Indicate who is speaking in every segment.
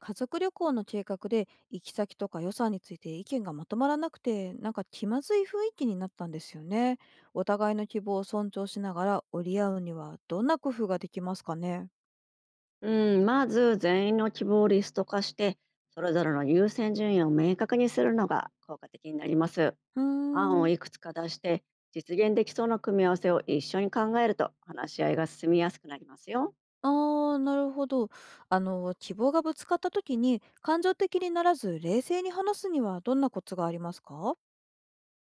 Speaker 1: 家族旅行の計画で行き先とか予算について意見がまとまらなくて、なんか気まずい雰囲気になったんですよね。お互いの希望を尊重しながら折り合うには、どんな工夫ができますかね？
Speaker 2: うん、まず全員の希望をリスト化して、それぞれの優先順位を明確にするのが効果的になります。
Speaker 1: うー
Speaker 2: 案を
Speaker 1: ん、
Speaker 2: いくつか出して、実現できそうな組み合わせを一緒に考えると話し合いが進みやすくなりますよ。
Speaker 1: あー、なるほど。あの、希望がぶつかった時に感情的にならず冷静に話すには、どんなコツがありますか？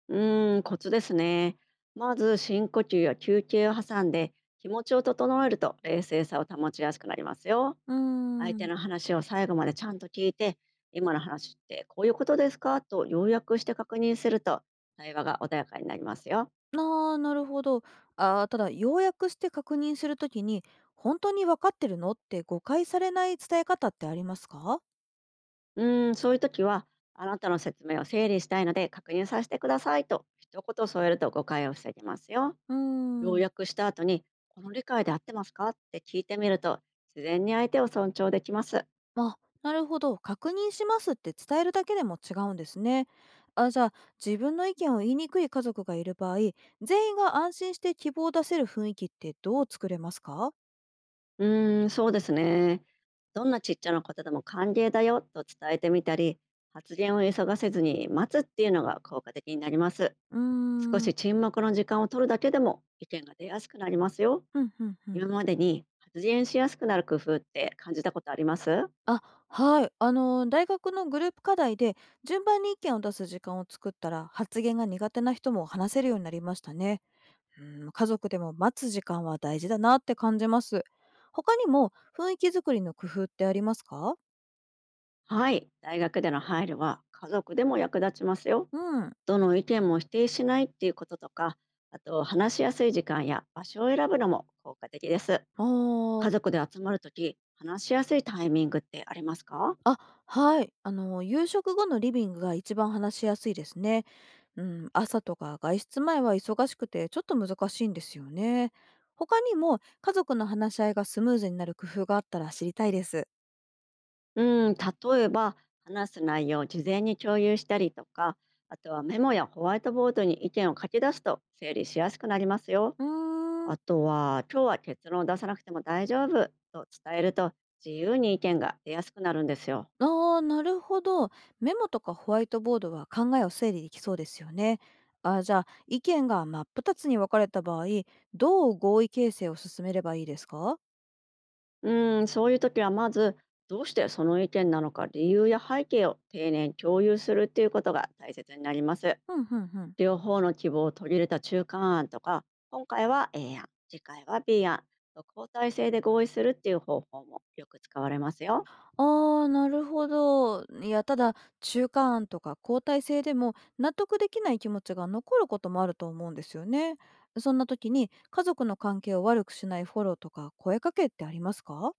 Speaker 2: うーん、コツですね。まず深呼吸や休憩を挟んで、気持ちを整えると冷静さを保ちやすくなりますよ。
Speaker 1: うー
Speaker 2: 相手
Speaker 1: ん。
Speaker 2: の話を最後までちゃんと聞いて、今の話ってこういうことですかと要約して確認すると、対話が穏やかになりますよ。
Speaker 1: ああ、なるほど。ああ、ただ、要約して確認するときに、本当に分かってるのって誤解されない伝え方ってありますか？
Speaker 2: うーん、そういう時は、あなたの説明を整理したいので確認させてくださいと一言添えると誤解を防げますよ。
Speaker 1: うー
Speaker 2: 要
Speaker 1: ん、
Speaker 2: 約した後に、この理解で合ってますかって聞いてみると、自然に相手を尊重できます。
Speaker 1: あ、なるほど。確認しますって伝えるだけでも違うんですね。あ、じゃあ、自分の意見を言いにくい家族がいる場合、全員が安心して希望を出せる雰囲気ってどう作れますか？
Speaker 2: うーん、そうですね。どんなちっちゃなことでも歓迎だよと伝えてみたり、発言を急がせずに待つっていうのが効果的になります。
Speaker 1: うー
Speaker 2: 少
Speaker 1: ん。
Speaker 2: し沈黙の時間を取るだけでも意見が出やすくなりますよ。
Speaker 1: うん、うん、うん。
Speaker 2: 今までに発言しやすくなる工夫って感じたことあります？
Speaker 1: あ、はい。あの、大学のグループ課題で順番に意見を出す時間を作ったら、発言が苦手な人も話せるようになりましたね。うん、家族でも待つ時間は大事だなって感じます。他にも雰囲気作りの工夫ってありますか？
Speaker 2: はい、大学での配慮は家族でも役立ちますよ。
Speaker 1: うん。
Speaker 2: どの意見も否定しないっていうこととか、あと話しやすい時間や場所を選ぶのも効果的です。
Speaker 1: ああ。
Speaker 2: 家族で集まるとき、話しやすいタイミングってありますか？
Speaker 1: あ、はい。あの、夕食後のリビングが一番話しやすいですね。うん、朝とか外出前は忙しくてちょっと難しいんですよね。他にも家族の話し合いがスムーズになる工夫があったら知りたいです。
Speaker 2: うん、例えば話す内容を事前に共有したりとか、あとはメモやホワイトボードに意見を書き出すと整理しやすくなりますよ。
Speaker 1: うーん、
Speaker 2: あとは今日は結論を出さなくても大丈夫と伝えると自由に意見が出やすくなるんですよ。
Speaker 1: ああ、なるほど。メモとかホワイトボードは考えを整理できそうですよね。あ、じゃあ、意見が真っ二つに分かれた場合、どう合意形成を進めればいいですか？
Speaker 2: うん、そういう時はまず、どうしてその意見なのか理由や背景を丁寧に共有するっていうことが大切になります。
Speaker 1: うん、うん、うん。
Speaker 2: 両方の希望を取り入れた中間案とか、今回は A 案、次回は B 案、交代制で合意するっていう方法もよく使われますよ。
Speaker 1: ああ、なるほど。いや、ただ、中間案とか交代制でも納得できない気持ちが残ることもあると思うんですよね。そんな時に、家族の関係を悪くしないフォローとか声かけってありますか？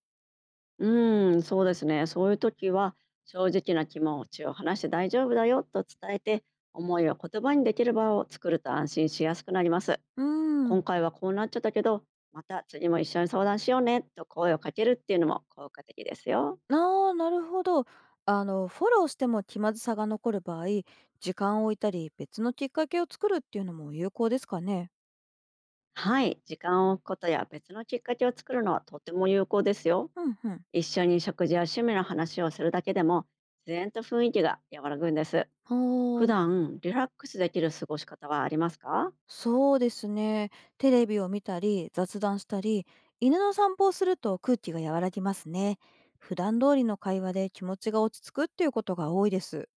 Speaker 2: うん、そうですね。そういう時は、正直な気持ちを話して大丈夫だよと伝えて、思いを言葉にできる場を作ると安心しやすくなります。
Speaker 1: うーん。
Speaker 2: 今回はこうなっちゃったけど、また次も一緒に相談しようねと声をかけるっていうのも効果的ですよ。
Speaker 1: ああ、なるほど。あの、フォローしても気まずさが残る場合、時間を置いたり別のきっかけを作るっていうのも有効ですかね。
Speaker 2: はい、時間を置くことや別のきっかけを作るのはとても有効ですよ。
Speaker 1: うんうん。
Speaker 2: 一緒に食事や趣味の話をするだけでも自然と雰囲気が和らぐんです。普段リラックスできる過ごし方はありますか？
Speaker 1: そうですね。テレビを見たり、雑談したり、犬の散歩をすると空気が和らぎますね。普段通りの会話で気持ちが落ち着くっていうことが多いです。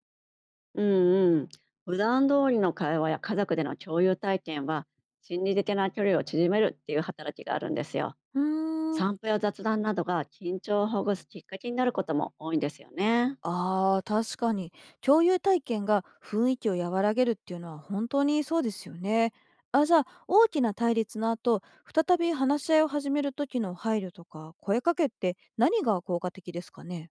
Speaker 2: うんうん。普段通りの会話や家族での共有体験は心理的な距離を縮めるっていう働きがあるんですよ。
Speaker 1: うーん、
Speaker 2: 散歩や雑談などが緊張をほぐすきっかけになることも多いんですよね。
Speaker 1: ああ、確かに。共有体験が雰囲気を和らげるっていうのは本当にそうですよね。あ、じゃあ、大きな対立の後、再び話し合いを始める時の配慮とか、声かけって何が効果的ですかね。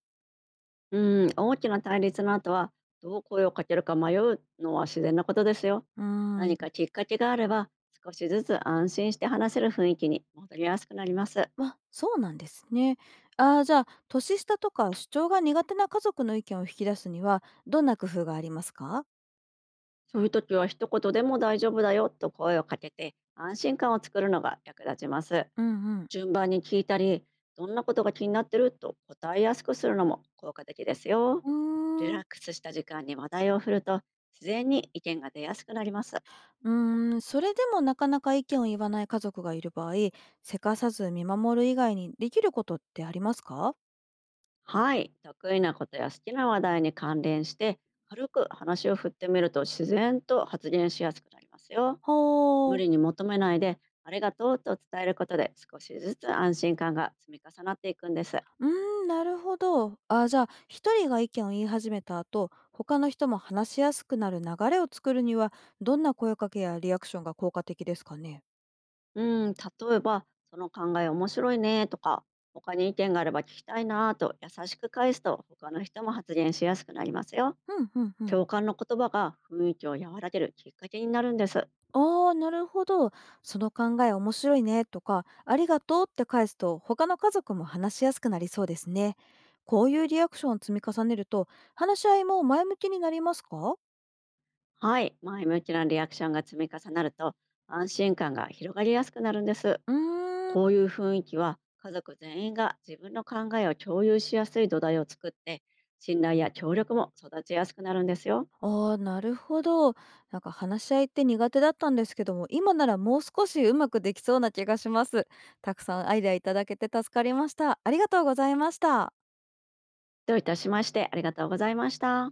Speaker 2: うん、大きな対立の後はどう声をかけるか迷うのは自然なことですよ。
Speaker 1: うーん。
Speaker 2: 何かきっかけがあれば少しずつ安心して話せる雰囲気に戻りやすくなります。
Speaker 1: あ、そうなんですね。ああ、じゃあ、年下とか主張が苦手な家族の意見を引き出すには、どんな工夫がありますか？
Speaker 2: そういう時は一言でも大丈夫だよと声をかけて安心感を作るのが役立ちます。
Speaker 1: うんうん。
Speaker 2: 順番に聞いたり、どんなことが気になってると答えやすくするのも効果的ですよ。
Speaker 1: う
Speaker 2: リ
Speaker 1: ー
Speaker 2: ラ
Speaker 1: ん。
Speaker 2: ックスした時間に話題を振ると、自然に意見が出やすくなります。
Speaker 1: うーん、それでもなかなか意見を言わない家族がいる場合、せかさず見守る以外にできることってありますか？
Speaker 2: はい、得意なことや好きな話題に関連して、軽く話を振ってみると自然と発言しやすくなりますよ。無
Speaker 1: ほう。
Speaker 2: 理に求めないで、ありがとうと伝えることで少しずつ安心感が積み重なっていくんです。
Speaker 1: うーん、なるほど。ああ、じゃあ、一人が意見を言い始めた後、他の人も話しやすくなる流れを作るには、どんな声かけやリアクションが効果的ですかね？
Speaker 2: うん、例えば、その考え面白いねとか、他に意見があれば聞きたいなと優しく返すと、他の人も発言しやすくなりますよ。
Speaker 1: うんうんうん。
Speaker 2: 共感の言葉が雰囲気を和らげるきっかけになるんです。
Speaker 1: ああ、なるほど。その考え面白いねとか、ありがとうって返すと、他の家族も話しやすくなりそうですね。こういうリアクションを積み重ねると、話し合いも前向きになりますか？
Speaker 2: はい、前向きなリアクションが積み重なると、安心感が広がりやすくなるんです。
Speaker 1: うーん。
Speaker 2: こういう雰囲気は、家族全員が自分の考えを共有しやすい土台を作って、信頼や協力も育ちやすくなるんですよ。
Speaker 1: ああ、なるほど。なんか話し合いって苦手だったんですけども、今ならもう少しうまくできそうな気がします。たくさんアイデアいただけて助かりました。ありがとうございました。
Speaker 2: どういたしまして、ありがとうございました。